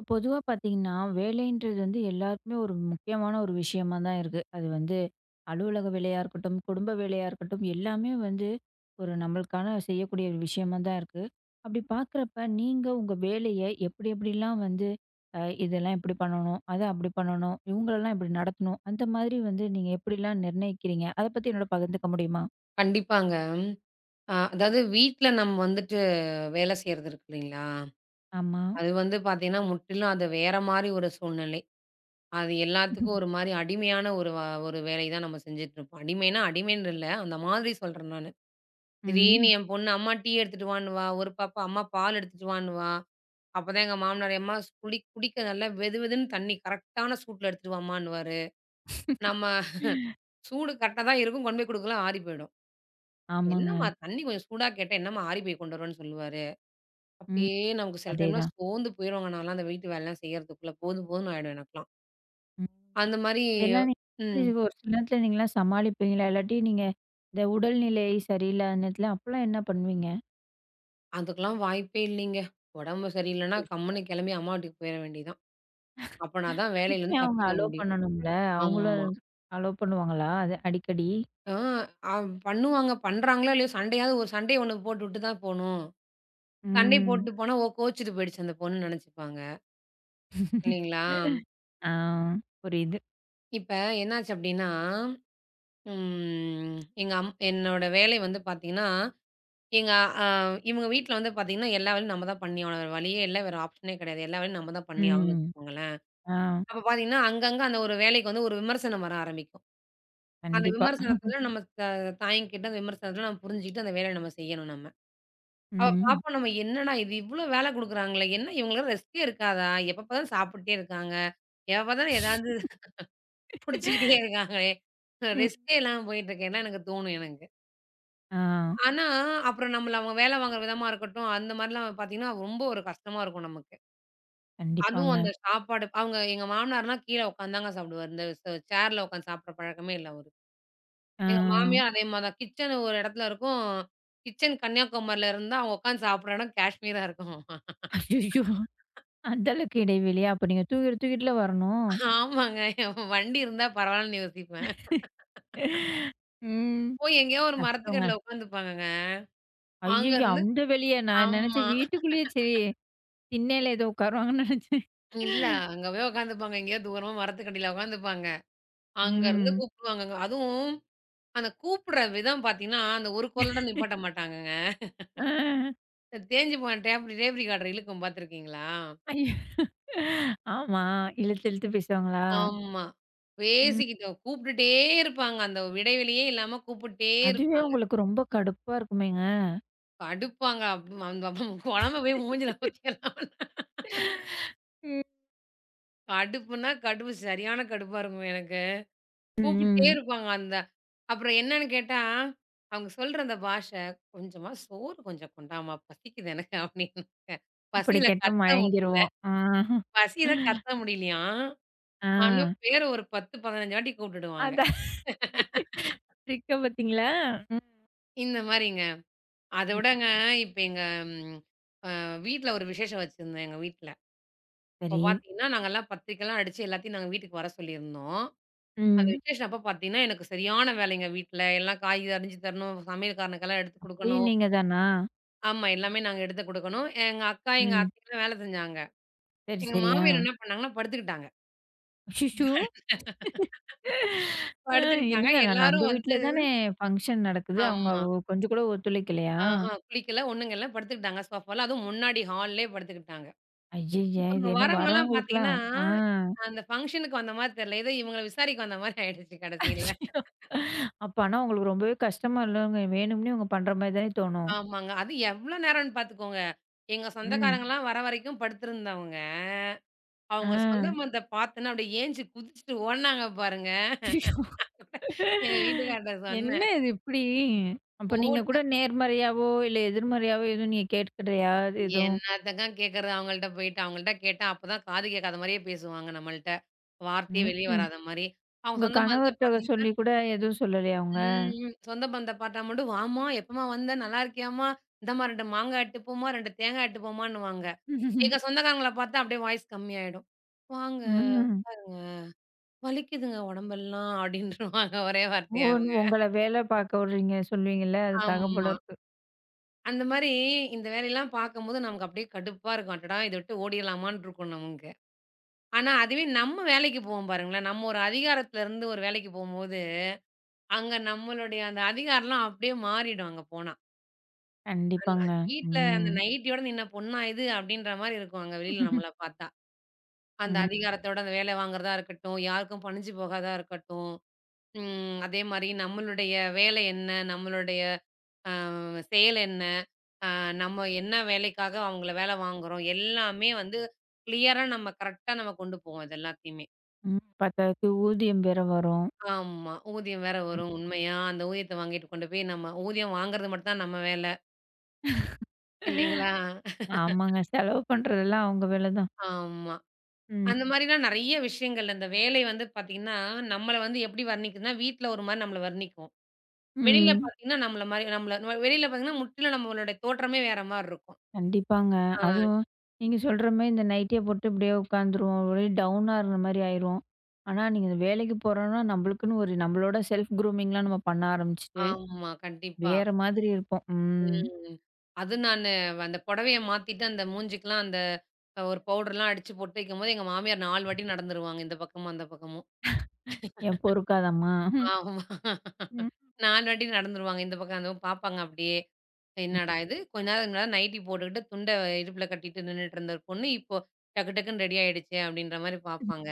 இப்ப பொதுவா பார்த்தீங்கன்னா, வேலைன்றது வந்து எல்லாருக்குமே ஒரு முக்கியமான ஒரு விஷயமா தான் இருக்கு. அது வந்து அலுவலக வேலையா இருக்கட்டும், குடும்ப வேலையா இருக்கட்டும், எல்லாமே வந்து ஒரு நம்மளுக்கான செய்யக்கூடிய ஒரு விஷயமா தான் இருக்கு. அப்படி பார்க்குறப்ப, நீங்க உங்க வேலைய எப்படி எப்படிலாம் வந்து, அ இதெல்லாம் இப்படி பண்ணணும், அத அப்படி பண்ணணும், இவங்களலாம் இப்படி நடத்தணும், அந்த மாதிரி வந்து நீங்க எப்படிலாம் நிர்ணயிக்கிறீங்க? அத பத்தி என்னோட பகிர்ந்துக்க முடியுமா? கண்டிப்பாங்க. அதாவது வீட்ல நம்ம வந்துட்டு வேலை செய்றது இருக்கு இல்லைங்களா? ஆமா. அது வந்து பார்த்தீங்கன்னா, முற்றிலும் அது வேற மாரி ஒரு சூழ்நிலை. அது எல்லாத்துக்கும் ஒரு மாரி அடிமையான ஒரு வேலை தான் நம்ம செஞ்சுட்டுருப்போம். அடிமைன்னா, அடிமைன்னு இல்ல. அந்த மாதிரி சொல்றேன் நானு. திடீர்னு ம். என் பொண்ணு, "அம்மா டீ எடுத்துட்டு வான்னு வா." ஒரு பாப்பா, "அம்மா பால் எடுத்துட்டு வான்னு வா." அப்பதான் எங்க மாமனார், "எம்மா குடிக்க நல்லா வெது வெதுன்னு தண்ணி கரெக்டான சூட்ல எடுத்துட்டு வாம்மான்னுவாரு." நம்ம சூடு கரெக்ட்டா தான் இருக்கும். கொண்டு போய் குடுக்கலாம் ஆறி போயிடும். "என்னம்மா ஆமாங்க. தண்ணி கொஞ்சம் சூடா கேட்டா, என்னம்மா ஆறி போய் கொண்டு வருவேன்னு சொல்லுவாரு." ம். அப்படியே நமக்கு சில டைம்லாம் அதேதான். சோர்ந்து போயிருவாங்க. நான்லாம் அந்த வீட்டு வேலைலாம் செய்யறதுக்குள்ள போதும் போதும்ன்னு ஆயிடும் எனக்கெல்லாம். ம். அந்த மாரி இதெல்லாம் நீங்க எப்படி ம். ஒரு சில நேரத்துல நீங்கலாம் சமாளிப்பீங்களா? இல்லாட்டி நீங்க இந்த உடல்நிலை சரியில்லாத நேரத்துல அப்பலாம் என்ன பண்ணுவீங்க? அதுக்கெல்லாம் வாய்ப்பே இல்லைங்க. உடம்பு சரியில்லன்னா கம்முனு கிளம்பி அம்மா வீட்டுக்கு போயிற வேண்டியதுதான். அப்பனா தான் அதுக்குமே வேலையிலருந்து அவங்க தப்பிக்க அலோ முடியும். பண்ணணும்ல. அவங்களும் ஆமா. அது அலோ பண்ணுவாங்களா? அது அடிக்கடி? ஆ அ பண்ணுவாங்க. பண்றாங்களோ இல்லையோ சண்டையாவது ஒரு சண்டைய ஒண்ணு போட்டுட்டு தான் போணும். சண்டை ம். போட்டு போனா, ஓ கோச்சுட்டு போயிடுச்சு அந்த பொண்ணுன்னு நெனச்சுப்பாங்க. இல்லைங்களா? ஆ. புரியுது. இப்ப என்னாச்சு அப்படின்னா, ம் எங்க அம் என்னோட வேலை வந்து பார்த்தீங்கன்னா எங்க அ இவங்க வீட்ல வந்து பார்த்தீங்கன்னா, எல்லா வேலையும் நம்ம தான் பண்ணி ஆகணும். வேற வழியே இல்ல. வேற ஆப்ஷனே கிடையாது. எல்லா வேலையும் நம்ம தான் பண்ணி ஆகணும்னு ம். வச்சுக்கோங்களேன். ஆ. அப்ப பார்த்தீங்கன்னா, அங்கங்க அந்த ஒரு வேலைக்கு வந்து ஒரு விமர்சனம் வர ஆரம்பிக்கும். அந்த கண்டிப்பா. விமர்சனத்துல நம்ம த தாய்ங்கிட்ட அந்த விமர்சனத்துல நம்ம புரிஞ்சுகிட்டு அந்த வேலைய நம்ம செய்யணும் நம்ம. அப்ப ம். பார்ப்போம் நம்ம என்னடா இது இவ்ளோ வேல குடுக்குறாங்களே! என்ன இவங்களுக்கு ரெஸ்ட்டே இருக்காதா? எப்ப பார்த்தாலும் சாப்பிட்டுட்டே இருக்காங்க. எப்ப பார்த்தாலும் ஏதாவது புடிச்சுக்கிட்டே இருக்காங்களே! ம். ரெஸ்ட்டே இல்லாம போயிட்டுருக்கேன்லாம் எனக்கு தோணும் எனக்கு. ஆ. ஆனா, அப்புறம் நம்மள அவங்க வேல வாங்குற விதமா இருக்கட்டும், அந்த மாரிலாம் பார்த்தீங்கன்னா, ரொம்ப ஒரு கஷ்டமா இருக்கும் நமக்கு. அதுவும் கண்டிப்பாங்க. அந்த சாப்பாடு அவங்க எங்க மாமனார்னா கீழ உட்காந்து தாங்க சாப்பிடுவாரு. இந்த ச சேர்ல உட்காந்து சாப்பிடுற பழக்கமே இல்ல அவருக்கு. ஆ. எங்க மாமியார் அதே மாரி தான். கிச்சன் ஒரு இடத்துல இருக்கும். கிச்சன் கன்னியாகுமரியில இருந்தா, அவங்க உட்காந்து சாப்பிடுற இடம் காஷ்மீரா இருக்கும். அய்யய்யோ! அந்த அளவுக்கு இடைவெளியா? அப்ப நீங்க தூக்கிட்டு, தூக்கிட்டுல வரணும்? ஆமாங்க. வண்டி இருந்தா பரவாயில்லன்னு யோசிப்பேன். ம். போய் எங்கேயோ ஒரு கஷ்டங்க. மரத்துக்கடியில உட்காந்துப்பாங்கங்க. அங்க ஐயய்யோ! இருந்து. அந்த வெளிய நான் ஆமா. நெனச்சேன் வீட்டுக்குள்ளேயே சரி திண்ணையில ஏதோ உட்காருவாங்கன்னு நெனச்சேன். இல்ல அங்க போய் உட்காந்துப்பாங்க. எங்கேயோ தூரமா மரத்துக்கடியில உட்காந்துப்பாங்க. அங்க இருந்து ம். கூப்பிடுவாங்கங்க. அதுவும் அந்த கூப்பிடுற விதம் பார்த்தீங்கன்னா, அந்த ஒரு குரலோட நிப்பாட்ட மாட்டாங்கங்க. ஆ. தேஞ்சு போன டேப்ரி டேப்ரி கார்டர் இழுக்கும் பார்த்துருக்கீங்களா? ஐயோ! ஆமா. இழுத்து இழுத்து பேசுவாங்களா? ஆமா. ம். பேசிக்கிட்டோம். கூப்பிட்டுட்டே இருப்பாங்க. அந்த இடைவெளியே இல்லாம கூப்பிட்டே அதுவே இருப்பாங்க. உங்களுக்கு ரொம்ப கடுப்பா இருக்குமேங்க? கடுப்பாங்க. அந்த குழம்ப போய் மூஞ்சில ஊத்திரலாம். ம். கடுப்புன்னா கடுப்பு. சரியான கடுப்பா இருக்கும் எனக்கு. கூப்பிட்டே ம். இருப்பாங்க அந்த. அப்புறம் என்னன்னு கேட்டா, அவங்க சொல்ற அந்த பாஷை, "கொஞ்சமா சோறு கொஞ்சம் கொண்டாம்மா, பசிக்குது எனக்கு" அப்படின்னாங்க. இப்படி பசியில கேட்டா கத்த முடியல. மயங்கிருவோம். ஆ. பசியில கத்த முடியலையாம். ஆ. ஆனா பேர ஒரு 10, 15 வாட்டி கூப்பிட்டுடுவாங்க. அதான். ட்ரிக்க பாத்தீங்களா? ம். இந்த மாரிங்க. அத ம். விடங்க, இப்ப எங்க ம் அ வீட்ல ஒரு விசேஷம் வச்சிருந்தோம் எங்க வீட்ல. அப்ப சரி. பார்த்தீங்கன்னா, நாங்கலாம் பத்திரிக்கைலாம் அடிச்சு எல்லாத்தையும் நாங்க வீட்டுக்கு வர சொல்லியிருந்தோம். அந்த ம். விசேஷம் அப்ப பார்த்தீங்கன்னா, எனக்கு சரியான வேலைங்க வீட்ல. எல்லாம் காய் அரிஞ்சு தரணும், சமையல்காரனுக்கெல்லாம் எடுத்து அப்பயும் குடுக்கணும். நீங்க தானா? ஆமா, எல்லாமே நாங்க எடுத்து குடுக்கணும். எங்க அக்கா, எங்க ம். அத்தைலாம் வேல செஞ்சாங்க. சரி, எங்க சரி. ஆ. மாமியார் என்ன பண்ணாங்கன்னா, படுத்துக்கிட்டாங்க. அச்சச்சோ! அ படுத்துக்கிட்டாங்க. என்னங்க நான் எல்லாரும் நம்ம வீட்ல வந்து தானே ஃபங்ஷன் நடக்குது. அவங்க ஆமா. கொஞ்சம் கூட ஒத்துழைக்கலையா? ஆஹா, குளிக்கல, ஒண்ணுங்கல்ல படுத்துக்கிட்டாங்க, சோஃபால. அதுவும் முன்னாடி ஹால்லயே படுத்துக்கிட்டாங்க. ஐய்யய்ய! இப்ப இது அங்க என்ன வரவங்கலாம் பார்த்தீங்கன்னா, வரவங்களுக்கலாம் ஆ அந்த ஃபங்ஷனுக்கு வந்த மாரி தெரியல. ஏதோ இவங்கள விசாரிக்க வந்த மாரி ஆயிடுச்சு கடைசியில. ஐயோ! அப்ப ஆனா உங்களுக்கு ரொம்பவே கஷ்டமா இல்லங்க? வேணும்னே இவங்க பண்ற மாரி தானே தோணும். ஆமாங்க. அது எவ்ளோ நேரம்னு பார்த்துக்கோங்க. எங்க ம். ம். சொந்தக்காரங்கலாம் வர வரைக்கும் படுத்திருந்தவங்க. ஆ. அவங்க சொந்த பந்தத்த பார்த்தோன்னே அப்படியே ஏஞ்சி குதிச்சுட்டு ஓடுனாங்க பாருங்க. எங்க வீட்டுக்கார்ட்ட என்ன சொன்னேன். இது இப்டி? அப்ப நீங்க கூட போட்டேன். நேர்மறையாவோ, இல்ல எதிர்மறையாவோ எதுவும் நீங்க கேட்கலையா எதுவும்? என்னத்தங்க கேட்கறது அவங்கள்ட்ட போயிட்டு. அவங்கள்ட்ட கேட்டா அப்பதான் காது கேட்காத மாரியே பேசுவாங்க நம்மள்ட்ட. வார்த்தையே வெளிய ம்ஹ்ம். வராத மாரி. அவங்க உங்க சொந்த பந்தத்த கணவர்ட்ட பார்த்தீங்கன்னா சொல்லி கூட எதுவும் சொல்லலையா அவங்க? ம். சொந்த பந்த பாட்டா மட்டும், "வாம்மா! எப்பம்மா வந்த? நல்லா இருக்கியாம்மா? இந்தாம்மா 2 மாங்கா எட்டு போம்மா, 2 தேங்கா எட்டு போம்மான்னுவாங்க." எங்க சொந்தக்காரங்கள பாத்தா அப்படியே வாய்ஸ் கம்மியாயிடும். "வாங்கங்க, ம். வலிக்குதுங்க உடம்பெல்லாம்" அப்படின்ருவாங்க ஒரே ஓ! வார்த்தையா இவங்க. உங்கள வேலை பார்க்க விடுறீங்க சொல்லுவீங்கல்ல, அதுக்காக ஆமா. போல இருக்கு. அந்த மாரி இந்த வேலையெல்லாம் பாக்கும்போது நமக்கு அப்படியே கடுப்பா இருக்கும். அடடா! இத விட்டு ஓடிரலாமான்னு இருக்கும் நமக்கு. ஆனா அதுவே நம்ம வேலைக்கு போவோம் பாருங்களேன், நம்ம ஒரு அதிகாரத்துல இருந்து ஒரு வேலைக்கு போம்போது, அங்க நம்மளுடைய அந்த அதிகாரம்லாம் அப்படியே மாறிடும் அங்க போனா. கண்டிப்பாங்க. வீட்ல அந்த ம். நைட்டியோட "நீ என்ன பொண்ணா இது?" அப்படின்ற மாரி இருக்கும் அங்க வெளியில நம்மள பார்த்தா. அந்த ம். அதிகாரத்தோட அந்த வேலை வாங்குறதா இருக்கட்டும், யாருக்கும் பணிஞ்சு போகாதா இருக்கட்டும். அதே மாரி நம்மளுடைய வேலை என்ன? நம்மளுடைய அ செயல் என்ன? அ நம்ம என்ன வேலைக்காக அவங்கள வேலை வாங்குறோம்? எல்லாமே வந்து கிளியரா நம்ம கரெக்ட்டா நம்ம கொண்டு போவோம் இது எல்லாத்தையுமே. ம். பத்தாததுக்கு ஊதியம் வேற வரும். ஆமா. ஊதியம் வேற ம். வரும் உண்மையா? அந்த ஊதியத்த வாங்கிட்டு கொண்டு போய் நம்ம ஊதியம் வாங்குறது மட்டும் தான் நம்ம வேலை இல்லைங்களா? ஆமாங்க. செலவு பண்றதெல்லாம் அவங்க வேல தான். ஆமா. ம். அந்த மாரிலாம் நெறைய விஷயங்கள். அந்த வேலை வந்து பாத்தீங்கன்னா, நம்மள வந்து எப்படி வர்ணிக்குதுன்னா, வீட்ல ஒரு மாரி நம்மள வர்ணிக்கும். வெளியில ம். பாத்தீங்கன்னா, நம்மள மாரி நம்மள நம்ம வெளியில பாத்தீங்கன்னா, முற்றிலும் நம்மளோட தோற்றமே வேற மாரி இருக்கும். கண்டிப்பாங்க. ஆ, அதுவும் நீங்க சொல்ற மாரி இந்த நைட்டிய போட்டு இப்படியே உட்காந்துருவோம். ஒரே டவுனா இருந்த மாரி ஆயிருவோம். ஆனா, நீங்க இந்த வேலைக்கு போறோம்னா, நம்மளுக்குன்னு ஒரு நம்மளோட செல்ஃப் குரூமிங்லாம் நம்ம பண்ண ஆரம்பிச்சுட்டு, ஆமா. கண்டிப்பா. வேற மாதிரி இருப்போம். ம். ம். அது நானு அந்த புடவைய மாத்திட்டு, அந்த மூஞ்சிக்குலாம் அந்த ஒரு பவுடர்லாம் அடிச்சு பொட்டு வைக்கும்போது, எங்க மாமியார் 4 வாட்டி நடந்துருவாங்க. இந்த பக்கமும், அந்த பக்கமும். ஏன் பொறுக்காதம்மா? ஆமா. ம். 4 வாட்டி நடந்துருவாங்க. இந்த பக்கம் அந்த பக்கம் பார்ப்பாங்க அப்படியே. என்னடா இது? கொஞ்ச நேரம் இதுக்கு முன்னாடி நைட்டி போட்டுக்கிட்டு, துண்ட இடுப்புல கட்டிட்டு நின்னுட்டுருந்த பொண்ணு, இப்போ டக்கு டக்குன்னு ரெடி ஆயிடுச்சே அப்படின்ற மாரி பார்ப்பாங்க.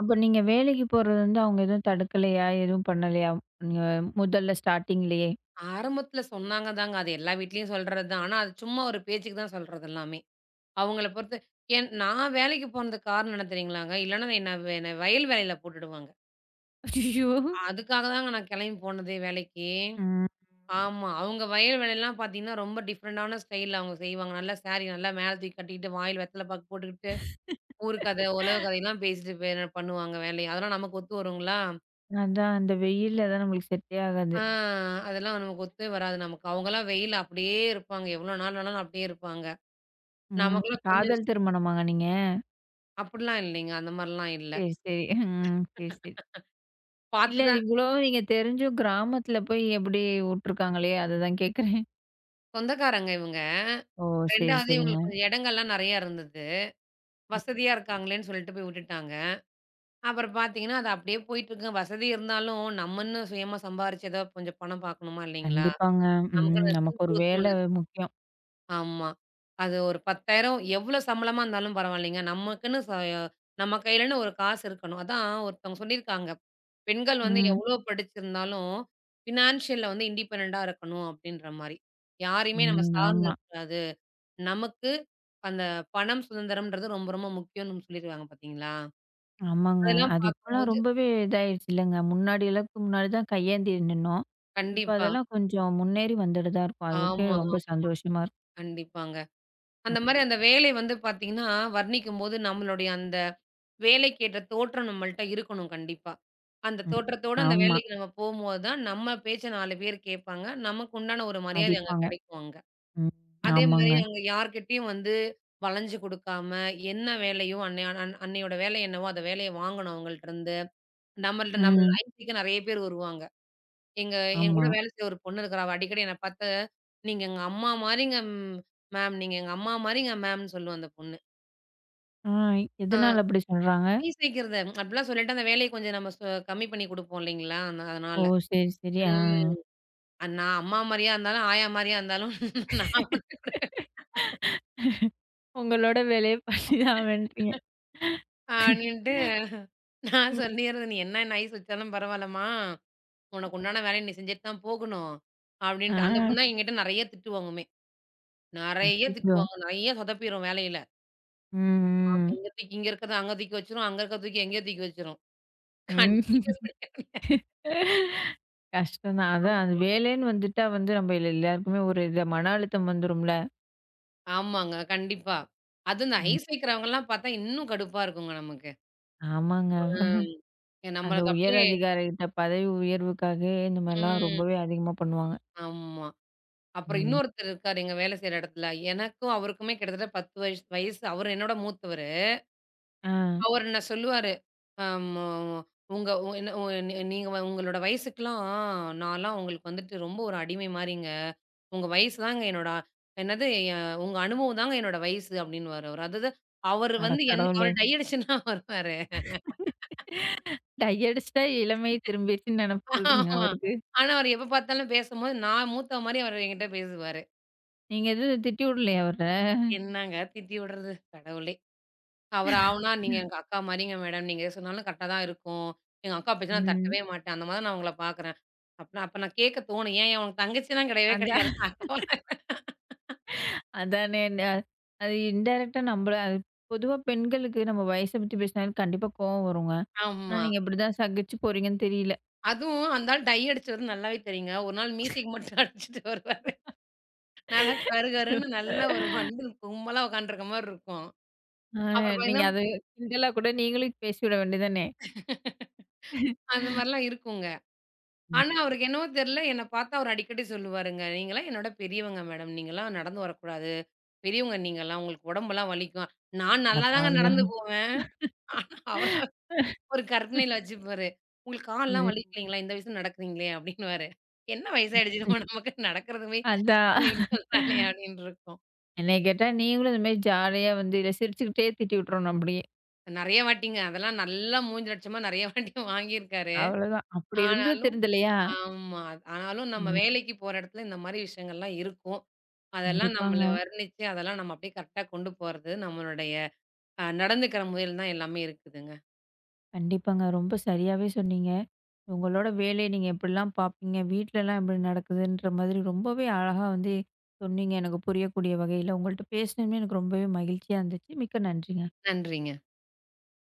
அப்ப நீங்க வேலைக்கு போறது வந்து அவங்க எதுவும் தடுக்கலையா? எதுவும் பண்ணலையா? நீங்க முதல்ல ஸ்டார்ட்டிங்லயே? ஆரம்பத்துல சொன்னாங்க தாங்க. அது எல்லா வீட்லயும் சொல்றது தான். ஆனா, அது சும்மா ஒரு பேச்சுக்கு தான் சொல்றது எல்லாமே. அவங்கள பொறுத்து ஏன் நான் வேலைக்கு போனதுக்கு காரணம் என்ன தெரியுங்களாங்க? இல்லன்னா என்ன என்ன வயல் வேலையில போட்டுடுவாங்க. அய்யய்யோ! அதுக்காக தாங்க நான் கிளம்பி போனதே வேலைக்கு. ம். ஆமா. அவங்க வயல் வேலைலாம் பார்த்தீங்கன்னா, ரொம்ப டிஃப்ரெண்டான ஸ்டைல்ல அவங்க செய்வாங்க. நல்லா சாரி நல்லா மேல தூக்கி கட்டிக்கிட்டு, வாயில வெத்தல பாக்கு போட்டுக்கிட்டு ஊர் கதை, உலக கதையெல்லாம் பேசிட்டு பே பண்ணுவாங்க வேலைய. அதெல்லாம் நமக்கு ஒத்து வருங்களா? அதான் அந்த வெயில்ல தான் நம்மளுக்கு செட்டே ஆகாது. ஆ அதெல்லாம் நமக்கு ஒத்தே வராது நமக்கு. அவங்கலாம் வெயில்ல அப்படியே இருப்பாங்க. எவ்வளோ நாள் ஆனாலும் அப்படியே இருப்பாங்க. ம். நமக்கெல்லாம் கொஞ்சம். காதல் திருமணமாங்க நீங்க? அப்படிலாம் இல்லைங்க. அந்த மாரிலாம் இல்ல. சரி, சரி. ம். சரி, சரி. பார்த்து இல்ல தான் இவ்ளோ நீங்க தெரிஞ்சும் கிராமத்துல போய் எப்படி உட்டுருக்காங்களே? அததான் கேட்குறேன். சொந்தக்காரங்க இவங்க. ஓ! சரி, 2வது சரிங்க. இவங்களுக்கு கொஞ்சம் இடங்கள்லாம் நெறையா இருந்தது. ம். வசதியா இருக்காங்களேன்னு சொல்லிட்டு போய் விட்டுட்டாங்க. அப்புறம் பார்த்தீங்கன்னா, அது அப்படியே போயிட்டுருக்கு. வசதி இருந்தாலும் நம்மன்னு சுயமா சம்பாரிச்சு ஏதோ கொஞ்சம் பணம் பார்க்கணுமா இல்லைங்களா? கண்டிப்பாங்க. நமக்கு ம். நமக்கு ஒரு வேலை முக்கியம். ஆமா. அது ஒரு 10,000 எவ்வளோ சம்பளமா இருந்தாலும் பரவாயில்லைங்க. நமக்குன்னு ச நம்ம கையிலன்னு ஒரு காசு இருக்கணும். அதான் ஒருத்தவங்க சொல்லியிருக்காங்க. பெண்கள் வந்து ம். எவ்வளோ படிச்சிருந்தாலும், ஃபினான்ஷியல்ல வந்து இண்டிபெண்டன்டா இருக்கணும் அப்படின்ற மாரி. யாரையுமே நம்ம ம். சார்ந்து ஆமா. இருக்கக்கூடாது. நமக்கு அந்த பணம் சுதந்திரம்ன்றது ரொம்ப ரொம்ப முக்கியம்னு சொல்லியிருக்காங்க பார்த்தீங்களா? ஆமாங்க. அதெல்லாம் அது இப்பலாம் பார்க்கும்போது ரொம்பவே இதாயிருச்சு இல்லங்க. முன்னாடி எல்லாத்துக்கு முன்னாடி தான் கையேந்தி நின்னோம். இப்ப கண்டிப்பா. அதெல்லாம் கொஞ்சம் முன்னேறி வந்துட்டு தான் இருக்கோம். அதுக்கே ஆமா, ஆமா. ரொம்ப சந்தோஷமா இருக்கு. கண்டிப்பாங்க. அந்த மாரி அந்த ம். வேலை வந்து பார்த்தீங்கன்னா, வர்ணிக்கும்போது நம்மளுடைய அந்த வேலைக்கு ஏற்ற தோற்றம் நம்மள்ட்ட இருக்கணும் கண்டிப்பா. அந்த ம். தோற்றத்தோட அந்த ஆமா. வேலைக்கு நம்ம போம்போது தான், நம்ம பேச்ச 4 பேர் கேட்பாங்க. நமக்கு உண்டான ஒரு மரியாதை அங்க மதிப்பாங்க. கிடைக்கும் அங்க. ம். அதே மாரி ஆமாங்க. அங்க யார்கிட்டயும் வந்து வளைஞ்சு கொடுக்காம, என்ன வேலையோ அன்னையோட வேலை என்னவோ, அந்த வேலைய வாங்கணும் அவங்கள்ட்டருந்து. நம்மள்ட்ட நம்ம ம். ஐடிக்கு நெறைய பேர் வருவாங்க. எங்க என் கூட ஆமா. வேலை செய்ற ஒரு பொண்ணு இருக்கிறா. அவ அடிக்கடி என்ன பார்த்து, "நீங்க எங்க அம்மா மாரிங்க ம் மேம். நீங்க எங்க அம்மா மாரிங்க மேம்ன்னு" சொல்லும் அந்த பொண்ணு. ஆ அ. எதனால அப்படி சொல்றாங்க? பீஸ் வைக்கிறத அப்படிலாம் சொல்லிட்டு அந்த வேலைய கொஞ்சம் நம்ம சொ கம்மி பண்ணி குடுப்போம் இல்லைங்களா? அந்த ஓ! அதனால. சரி, சரி. ஆ. ம். நான் அம்மா மாரியா இருந்தாலும், ஆயா மாரியா இருந்தாலும் நான் உனக்கு குடுக்குறேன் உங்களோட வேலைய பண்ணி தான் ஆவேன்றீங்க. அப்படின்ட்டு நான் ம். சொல்லிர்றது. "நீ என்ன நைஸ் வச்சாலும் பரவாயில்லம்மா, உனக்கு உண்டான வேலைய நீ செஞ்சுட்டு தான் போகணும்." ஆ. அப்படின்ட்டு. அந்த பொண்ணு என்கிட்ட நெறைய திட்டு வாங்குமே. நெறைய திட்டு அச்சச்சோ! வாங்கும். நெறைய சொதப்பிரும் வேலையில. ஆமா. ம், இங்க தூக்கி இங்க இருக்கிறத அங்க தூக்கி வச்சுரும். அங்க இருக்கிறத தூக்கி எங்கேயோ தூக்கி வச்சுரும். ம். கண்டிப்பா ம். கஷ்டம் தான். அதான் அது வேலைன்னு வந்துட்டா வந்து நம்ம எல்லாருக்குமே ஒரு இது மன அழுத்தம் வந்துரும்ல. ஆமாங்க. கண்டிப்பா. அதுவும் இந்த ம். ஐஸ் வைக்கிறவங்கலாம் பார்த்தா இன்னும் கடுப்பா இருக்குங்க நமக்கு. ஆமாங்க. ம். அந்த நம்மளுக்கு உயர் அப்படியே அதிகாரிகிட்ட பதவி உயர்வுக்காகவே இந்த மாரிலாம் ம். ரொம்பவே அதிகமா பண்ணுவாங்க. ஆமா. அப்புறம் ம். இன்னொருத்தர் இருக்காரு எங்க வேலை செய்ற இடத்துல. எனக்கும் அவருக்குமே கிட்டத்தட்ட 10 வயசு வயசு. அவரு என்னோட மூத்தவரு. ஆ. அவர் என்ன சொல்லுவாரு. அம் உங்க உ என்ன உ நீ நீங்க வ- உங்களோட வயசுக்குலாம் நான்லாம் உங்களுக்கு வந்துட்டு ரொம்ப ஒரு அடிமை மாரிங்க. உங்க வயசு தாங்க என்னோட என்னது எ உங்க அனுபவம் தாங்க என்னோட வயசு அப்படின்னுவாரு அவரு. அதாவது அவரு அட வந்து அவரு கடவுளே! டை அடிச்சுன்னா வருவாரு. டை அடிச்சுட்டா இளமை திரும்பிருச்சுன்னு நெனப்பு போலருக்குங்க ஆமா. அவருக்கு. ஆனா அவரு எப்ப பார்த்தாலும் பேசும்போது நான் மூத்தவ மாரி அவரு என்கிட்ட பேசுவாரு. நீங்க எதுவும் திட்டி விடலையா அவர? என்னங்க திட்டி விடுறது, கடவுளே! அவரு ஆவுனா, "நீங்க எங்க அக்கா மாரிங்க மேடம். நீங்க எது சொன்னாலும் கரெக்ட்டா தான் இருக்கும். எங்க அக்கா பேச்ச நான் ம். தட்டவே மாட்டேன். அந்த மாதிரி நான் உங்கள பார்க்குறேன்." அப்பனா அப்ப நான் கேட்க தோணும். "ஏன் உனக்கு தங்கச்சிலாம் கிடையவே அதான் கிடையாது." அக்கா. அதானே அது இன்டைரக்ட்டா நம்மள அது பொதுவா பெண்களுக்கு நம்ம வயச பத்தி பேசினாலே கண்டிப்பா கோவம் வருங்க. ஆனா ஆமா. நீங்க இப்படிதான் சகிச்சு போறீங்கன்னு தெரியல. அதுவும் அந்த ஆள் டை அடிச்சவரு நல்லாவே தெரியுங்க. ஒரு நாள் மியூசிக் மட்டும் அடிச்சுட்டு வருவாரு. நல்லா ஐயோ! கருகருன்னு நல்ல ஒரு வண்டில் கும்பலா உட்காந்துருக்க மாரி இருக்கும். ஆ அப்புறம் நீங்க பார்த்தீங்கன்னா, அது கிண்டலா கூட நீங்களும் பேசிவிட வேண்டியதானே! அந்த மாரிலாம் இருக்குங்க. ம். ஆனா, அவருக்கு என்னவோ தெரியல, என்ன பாத்தா அவரு அடிக்கடி சொல்லுவாருங்க. "நீங்கலாம் என்னோட பெரியவங்க மேடம். நீங்கலாம் நடந்து வரக்கூடாது. பெரியவங்க நீங்கலாம். உங்களுக்கு உடம்பெல்லாம் வலிக்கும்." நான் அட நல்லாதாங்க பாவியா! நடந்து போவேன். ஆனா, அவரு ஒரு கற்பனையில வச்சுப்பாரு. "உங்களுக்கு கால்லாம் ம். வலிக்கலைங்களா? இந்த வயசுல நடக்குறீங்களே?" அப்படின்னுவாரு. என்ன வயசாயிடுச்சு ம். நம்ம நமக்கு நடக்கிறதுமே அதான். அப்படின்னு சொல்றானே அப்படின்னு இருக்கும். என்னைய கேட்டா நீங்களும் இந்த மாரி ஜாலியா வந்து இத சிரிச்சுக்கிட்டே திட்டி விட்டுறணும் அப்படியே. நெறைய வாட்டிங்க. அதெல்லாம் நல்லா மூஞ்சி லட்சமா நெறைய வாட்டி வாங்கியிருக்காரு. அவ்வளோதான். அப்படி இருந்தும் ஆனாலும் திருந்தலையா? ஆமா. ஆனாலும் நம்ம ம். வேலைக்கு போற இடத்துல இந்த மாரி விஷயங்கள்லாம் இருக்கும். அதெல்லாம் நம்மள கண்டிப்பாங்க, வர்ணிச்சு, அதெல்லாம் நம்ம அப்படியே கரெக்ட்டா கொண்டு போறது, நம்மளுடைய நடந்துக்கிற முறையில தான் எல்லாமே இருக்குதுங்க. கண்டிப்பாங்க. ரொம்ப சரியாவே சொன்னீங்க. உங்களோட வேலைய நீங்க எப்படிலாம் பார்ப்பீங்க? வீட்லலாம் எப்படி நடக்குதுன்ற மாதிரி ரொம்பவே அழகா வந்து சொன்னீங்க. எனக்கு புரியக்கூடிய வகையில. உங்கள்ட்ட பேசினமே எனக்கு ரொம்பவே மகிழ்ச்சியா இருந்துச்சு. மிக்க நன்றிங்க. நன்றிங்க.